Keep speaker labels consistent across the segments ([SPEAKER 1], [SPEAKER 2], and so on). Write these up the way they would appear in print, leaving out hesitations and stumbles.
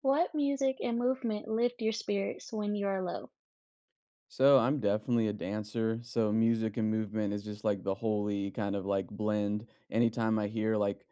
[SPEAKER 1] What music and movement lift your spirits when you are low?
[SPEAKER 2] So I'm definitely a dancer. So music and movement is just like the holy kind of like blend. Anytime I hear like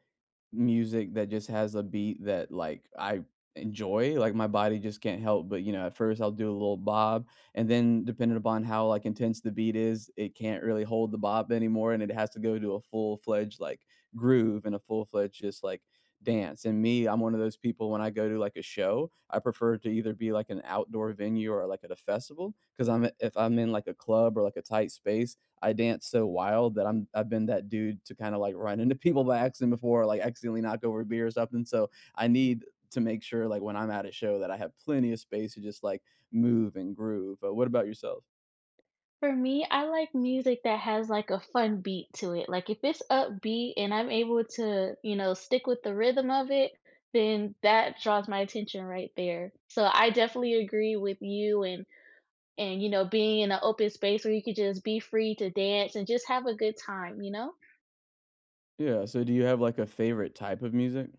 [SPEAKER 2] music that just has a beat that, like, I enjoy, like, my body just can't help but at first I'll do a little bob, and then depending upon how, like, intense the beat is, it can't really hold the bob anymore, and it has to go to a full-fledged, like, groove and a full-fledged just, like, dance, and me, I'm one of those people when I go to, like, a show, I prefer to either be, like, an outdoor venue or, like, at a festival, because 'cause I'm if I'm in, like, a club or, like, a tight space, I dance so wild that I've been that dude to kinda, like, run into people by accident before, like, accidentally knock over a beer or something, so I need to make sure, like, when I'm at a show that I have plenty of space to just, like, move and groove, but what about yourself?
[SPEAKER 1] For me, I like music that has like a fun beat to it. Like if it's upbeat and I'm able to, you know, stick with the rhythm of it, then that draws my attention right there. So I definitely agree with you and you know, being in an open space where you could just be free to dance and just have a good time, you know?
[SPEAKER 2] Yeah, so do you have, like, a favorite type of music?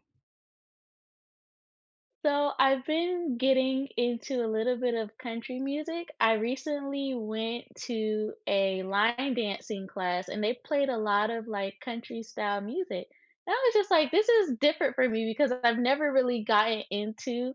[SPEAKER 1] So I've been getting into a little bit of country music. I recently went to a line dancing class and they played a lot of like country style music. And I was just like, this is different for me because I've never really gotten into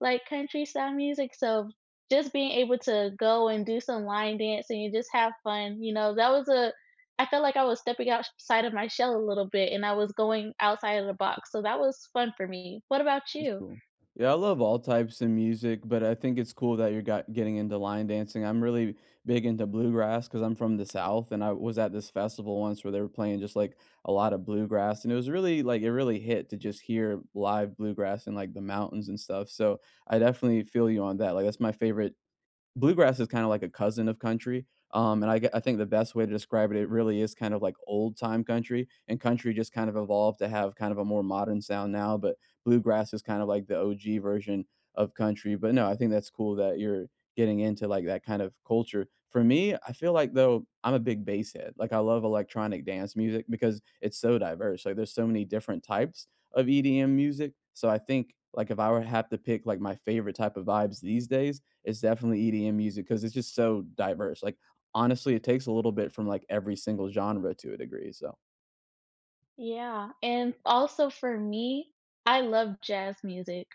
[SPEAKER 1] like country style music. So just being able to go and do some line dancing and just have fun, you know, that was a I felt like I was stepping outside of my shell a little bit and I was going outside of the box. So that was fun for me. What about
[SPEAKER 2] That's
[SPEAKER 1] you?
[SPEAKER 2] cool. Yeah, I love all types of music, but I think it's cool that you're got getting into line dancing. I'm really big into bluegrass because I'm from the South, and I was at this festival once where they were playing just like a lot of bluegrass, and it was really like it really hit to just hear live bluegrass in like the mountains and stuff. So I definitely feel you on that. Like, that's my favorite. Bluegrass is kinda like a cousin of country, and I think the best way to describe it, it really is kind of like old time country, and country just kind of evolved to have kind of a more modern sound now, but bluegrass is kind of like the OG version of country, but no, I think that's cool that you're getting into, like, that kind of culture. For me, I feel like, though, I'm a big bass head, like, I love electronic dance music because it's so diverse, like, there's so many different types of EDM music, so I think, like, if I would have to pick, like, my favorite type of vibes these days it's definitely EDM music because it's just so diverse. Like, honestly, it takes a little bit from like every single genre to a degree. So
[SPEAKER 1] Yeah, and also for me, I love jazz music.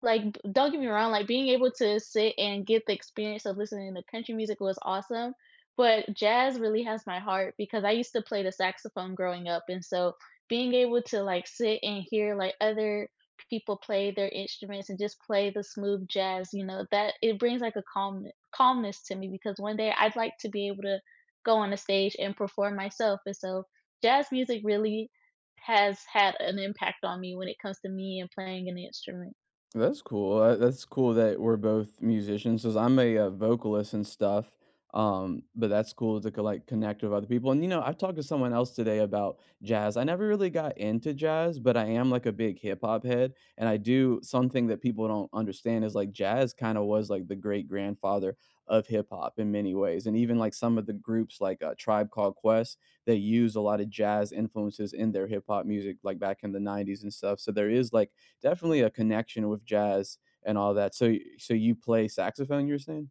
[SPEAKER 1] Like, b don't get me wrong, like, being able to sit and get the experience of listening to country music was awesome, but jazz really has my heart because I used to play the saxophone growing up, and so being able to, like, sit and hear, like, other people play their instruments and just play the smooth jazz, you know, that it brings, like, a calmness to me because one day I'd like to be able to go on a stage and perform myself, and so jazz music really has had an impact on me when it comes to me and playing an instrument.
[SPEAKER 2] that's cool. That's cool that we're both musicians, because 'cause I'm a, vocalist and stuff, but that's cool to co like, connect with other people, and I talked to someone else today about jazz. I never really got into jazz, but I am, like, a big hip-hop head, and I do something that people don't understand is, like, jazz kinda was, like, the great-grandfather of hip-hop in many ways, and even, like, some of the groups like, Tribe Called Quest, they use a lot of jazz influences in their hip-hop music, like, back in the '90s and stuff, so there is, like, definitely a connection with jazz and all that. So, you play saxophone? You were saying?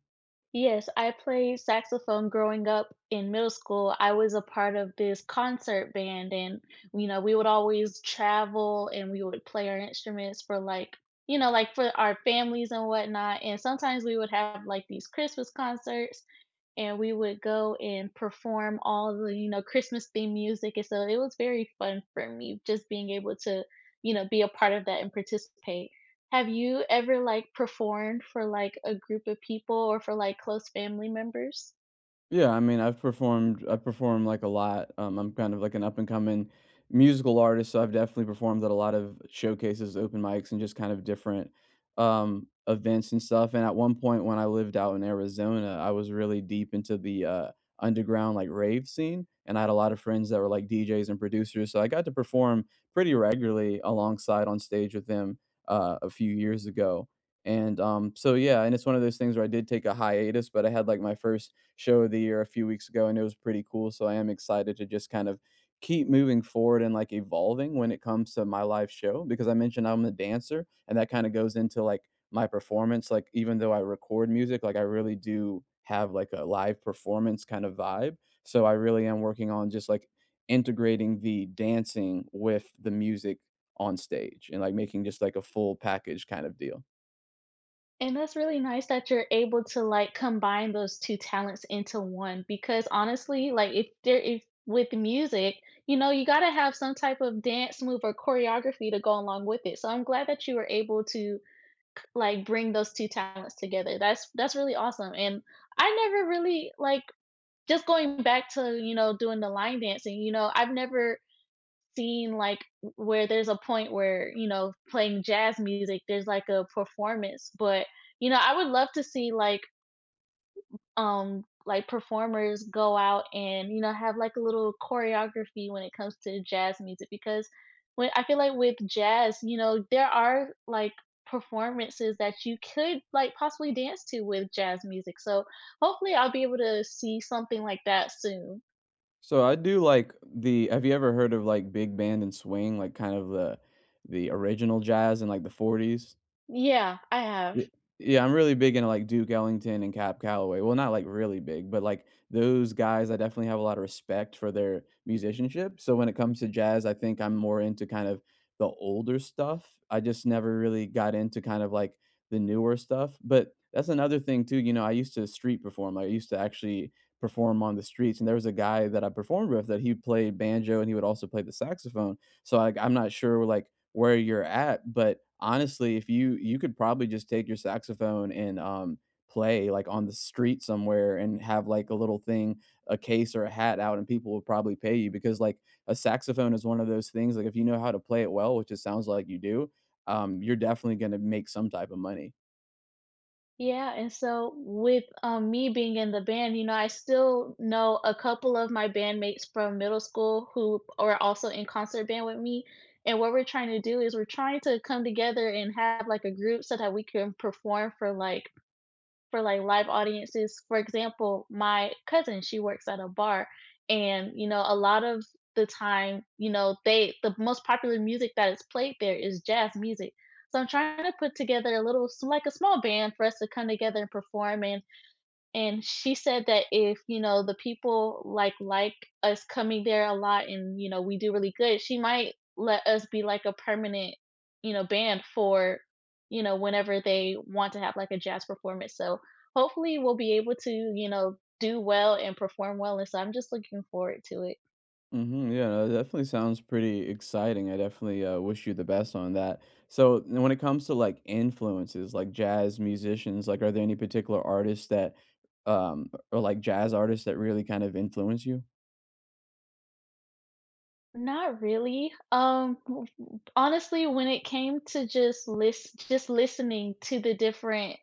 [SPEAKER 1] Yes, I played saxophone growing up in middle school. I was a part of this concert band, and you know, we would always travel and we would play our instruments for like, you know, like for our families and whatnot. And sometimes we would have like these Christmas concerts and we would go and perform all the, you know, Christmas themed music. And so it was very fun for me just being able to, you know, be a part of that and participate. Have you ever, like, performed for, like, a group of people or for, like, close family members?
[SPEAKER 2] Yeah, I mean, I perform, like, a lot, I'm kind of like an up-and-coming musical artist, so I've definitely performed at a lot of showcases, open mics, and just kind of different, events and stuff, and at one point when I lived out in Arizona, I was really deep into the, underground, like, rave scene, and I had a lot of friends that were, like, DJs and producers, so I got to perform pretty regularly alongside on stage with them, a few years ago, and, so yeah, and it's one of those things where I did take a hiatus, but I had, like, my first show of the year a few weeks ago, and it was pretty cool. So I am excited to just kind of keep moving forward and like evolving when it comes to my live show because I mentioned I'm a dancer, and that kind of goes into like my performance. Like, even though I record music, like I really do have like a live performance kind of vibe. So I really am working on just like integrating the dancing with the music on stage and like making just like a full package kind of deal.
[SPEAKER 1] And that's really nice that you're able to, like, combine those 2 talents into one because honestly, like, if with music, you know, you gotta have some type of dance move or choreography to go along with it. So I'm glad that you were able to, like, bring those 2 talents together. That's really awesome, and I never really, like just going back to, you know, doing the line dancing, you know, I've never seen like where there's a point where you know playing jazz music there's like a performance but you know I would love to see like performers go out and you know have like a little choreography when it comes to jazz music because when I feel like with jazz you know there are like performances that you could like possibly dance to with jazz music so hopefully I'll be able to see something like that soon.
[SPEAKER 2] So I do like the have you ever heard of like big band and swing, like kind of the original jazz in like the 40s?
[SPEAKER 1] Yeah, I have.
[SPEAKER 2] Ye yeah, I'm really big into, like, Duke Ellington and Cap Calloway. Well, not, like, really big, but, like, those guys, I definitely have a lot of respect for their musicianship, so when it comes to jazz, I think I'm more into kind of the older stuff. I just never really got into kind of, like, the newer stuff, but that's another thing too, I used to street perform. I used to actually perform on the streets, and there was a guy that I performed with that he played banjo and he would also play the saxophone, so like I'm not sure like where you're at, but honestly, if you could probably just take your saxophone and play like on the street somewhere and have like a little thing, a case or a hat out and people will probably pay you because like a saxophone is one of those things like if you know how to play it well, which it sounds like you do, you're definitely going to make some type of money.
[SPEAKER 1] Yeah, and so with me being in the band, you know, I still know a couple of my bandmates from middle school who are also in concert band with me. And what we're trying to do is we're trying to come together and have like a group so that we can perform for like live audiences. For example, my cousin, she works at a bar and you know, a lot of the time, you know, they the most popular music that is played there is jazz music. So I'm trying to put together a little like a small band for us to come together and perform and she said that if you know the people like us coming there a lot and you know we do really good she might let us be like a permanent you know band for you know whenever they want to have like a jazz performance so hopefully we'll be able to you know do well and perform well and so I'm just looking forward to it.
[SPEAKER 2] Mhm. Yeah, no, that definitely sounds pretty exciting. I definitely, wish you the best on that. So, n when it comes to, like, influences, like jazz musicians, like, are there any particular artists that, or, like, jazz artists that really kind of influence you?
[SPEAKER 1] Not really. W w Honestly, when it came to just listening to the different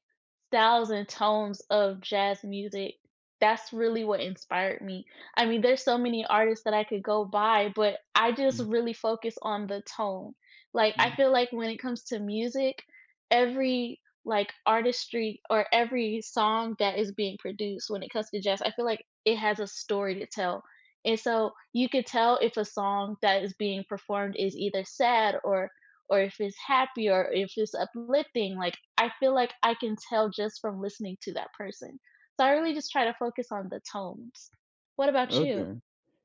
[SPEAKER 1] styles and tones of jazz music, that's really what inspired me. I mean, there's so many artists that I could go by, but I just
[SPEAKER 2] Mm.
[SPEAKER 1] really focus on the tone. Like, I feel
[SPEAKER 2] Mm.
[SPEAKER 1] like when it comes to music, every, like, artistry or every song that is being produced when it comes to jazz, I feel like it has a story to tell. And so you could tell if a song that is being performed is either sad or if it's happy or if it's uplifting. Like I feel like I can tell just from listening to that person. So I really just try to focus on the tones. What about you?
[SPEAKER 2] Okay.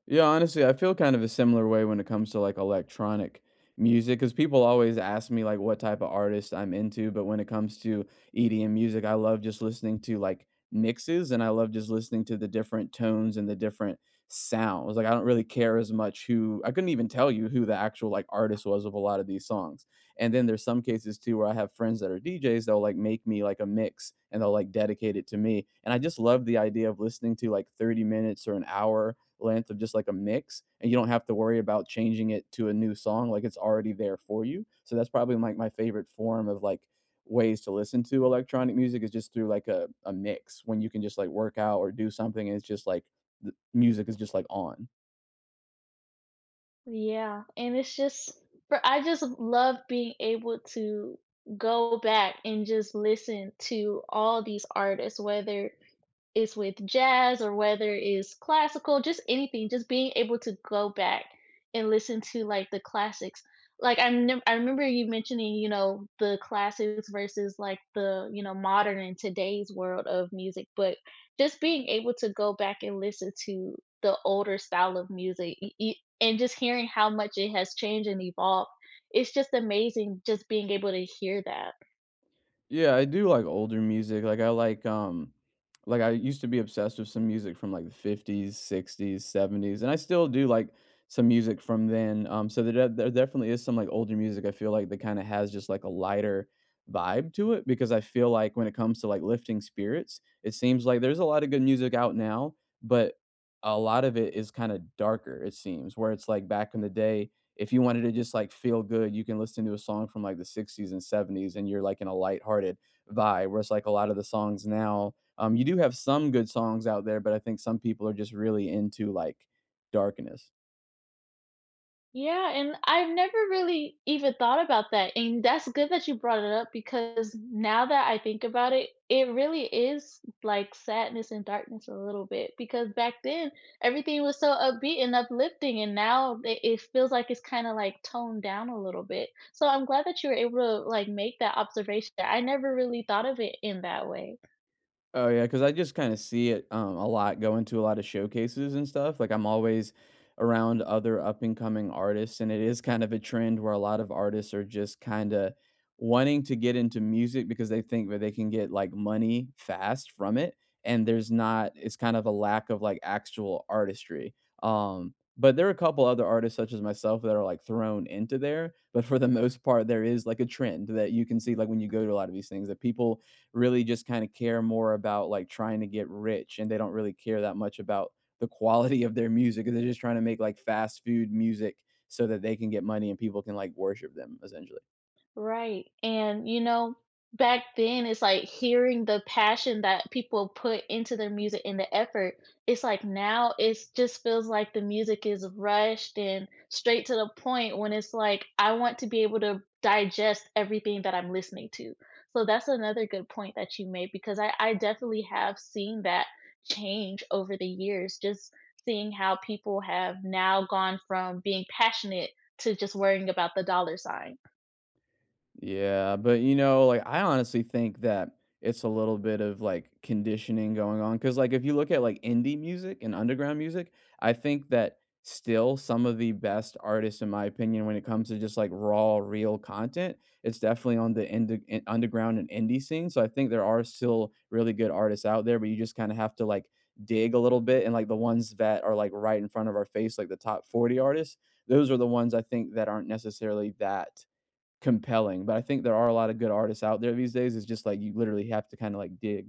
[SPEAKER 2] Yeah, honestly, I feel kind of a similar way when it comes to like electronic music because people always ask me like what type of artist I'm into. But when it comes to EDM music, I love just listening to like mixes and I love just listening to the different tones and the different sounds. Like, I don't really care as much who I couldn't even tell you who the actual like artist was of a lot of these songs. And then there's some cases too where I have friends that are DJs, they'll like make me like a mix and they'll like dedicate it to me. And I just love the idea of listening to like 30 minutes or an hour length of just like a mix and you don't have to worry about changing it to a new song like it's already there for you so that's probably like my favorite form of like ways to listen to electronic music is just through like a mix when you can just like work out or do something and it's just like the music is just like on.
[SPEAKER 1] Yeah, and it's just for I just love being able to go back and just listen to all these artists whether it's with jazz or whether it's classical, just anything, just being able to go back and listen to like the classics. Like I remember you mentioning, you know, the classics versus like the, you know, modern and today's world of music, but just being able to go back and listen to the older style of music and just hearing how much it has changed and evolved. It's just amazing just being able to hear that.
[SPEAKER 2] Yeah, I do like older music. Like, I like I used to be obsessed with some music from like the 50s, 60s, 70s, and I still do like some music from then. So there definitely is some like older music I feel like that kind of has just like a lighter vibe to it because I feel like when it comes to like lifting spirits, it seems like there's a lot of good music out now, but a lot of it is kind of darker it seems where it's like back in the day if you wanted to just like feel good, you can listen to a song from like the 60s and 70s and you're like in a lighthearted vibe. Whereas like a lot of the songs now, you do have some good songs out there, but I think some people are just really into like darkness.
[SPEAKER 1] Yeah, and I've never really even thought about that, and that's good that you brought it up because now that I think about it, it really is like sadness and darkness a little bit because back then everything was so upbeat and uplifting, and now it feels like it's kind of like toned down a little bit. So I'm glad that you were able to like make that observation. I never really thought of it in that way.
[SPEAKER 2] Oh yeah, because I just kinda see it, a lot going to a lot of showcases and stuff, like, I'm always around other up-and-coming artists, and it is kind of a trend where a lot of artists are just kinda wanting to get into music because they think that they can get, like, money fast from it, and there's not it's kind of a lack of, like, actual artistry, but there are a couple other artists such as myself that are, like, thrown into there, but for the most part, there is, like, a trend that you can see, like, when you go to a lot of these things that people really just kind of care more about like trying to get rich and they don't really care that much about the quality of their music. They're just trying to make like fast food music so that they can get money and people can like worship them essentially.
[SPEAKER 1] Right, and, you know, back then, it's like hearing the passion that people put into their music and the effort, it's like now it's just feels like the music is rushed and straight to the point when it's like, I want to be able to digest everything that I'm listening to. So that's another good point that you made because I definitely have seen that change over the years, just seeing how people have now gone from being passionate to just worrying about the dollar sign.
[SPEAKER 2] Yeah, but like I honestly think that it's a little bit of like conditioning going on because like if you look at like indie music and underground music, I think that still some of the best artists in my opinion when it comes to just like raw real content, it's definitely on the underground and indie scene. So I think there are still really good artists out there, but you just kind of have to like dig a little bit and like the ones that are like right in front of our face like the top 40 artists, those are the ones I think that aren't necessarily that compelling, but I think there are a lot of good artists out there these days, it's just like you literally have to kinda, like, dig.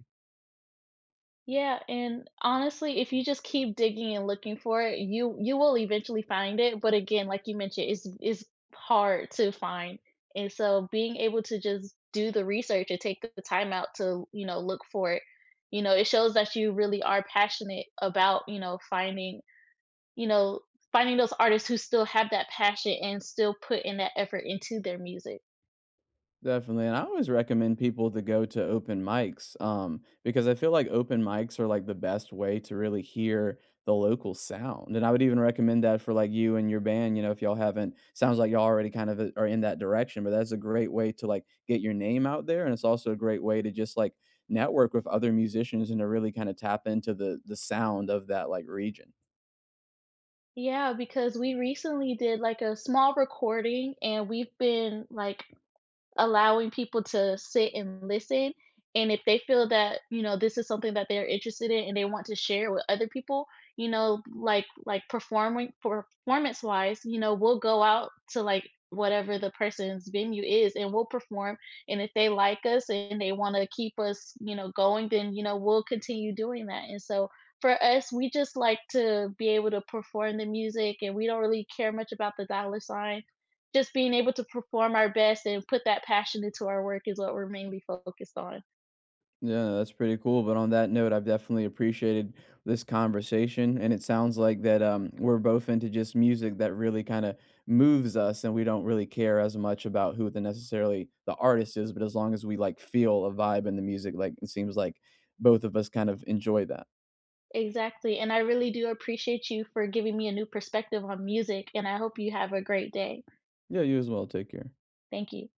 [SPEAKER 1] Yeah, and honestly, if you just keep digging and looking for it, you will eventually find it, but again, like you mentioned, it's hard to find. And so being able to just do the research and take the time out to, you know, look for it, you know, it shows that you really are passionate about, you know, finding those artists who still have that passion and still put in that effort into their music.
[SPEAKER 2] Definitely, and I always recommend people to go to open mics, because I feel like open mics are, like, the best way to really hear the local sound, and I would even recommend that for, like, you and your band, if y'all haven't sounds like y'all already kind of, are in that direction, but that's a great way to, like, get your name out there, and it's also a great way to just, like, network with other musicians and to really kinda tap into the sound of that, like, region.
[SPEAKER 1] Yeah, because we recently did like a small recording and we've been like allowing people to sit and listen. And if they feel that, you know, this is something that they're interested in and they want to share with other people, you know, like performing performance wise, you know, we'll go out to like whatever the person's venue is and we'll perform. And if they like us and they want to keep us, you know, going, then you know, we'll continue doing that. And so for us, we just like to be able to perform the music and we don't really care much about the dollar sign just being able to perform our best and put that passion into our work is what we're mainly focused on.
[SPEAKER 2] Yeah, that's pretty cool. But on that note, I've definitely appreciated this conversation, and it sounds like that we're both into just music that really kind of moves us, and we don't really care as much about who the necessarily the artist is, but as long as we like feel a vibe in the music, like it seems like both of us kind of enjoy that.
[SPEAKER 1] Exactly. And I really do appreciate you for giving me a new perspective on music, and I hope you have a great day.
[SPEAKER 2] Yeah, you as well. Take care.
[SPEAKER 1] Thank you.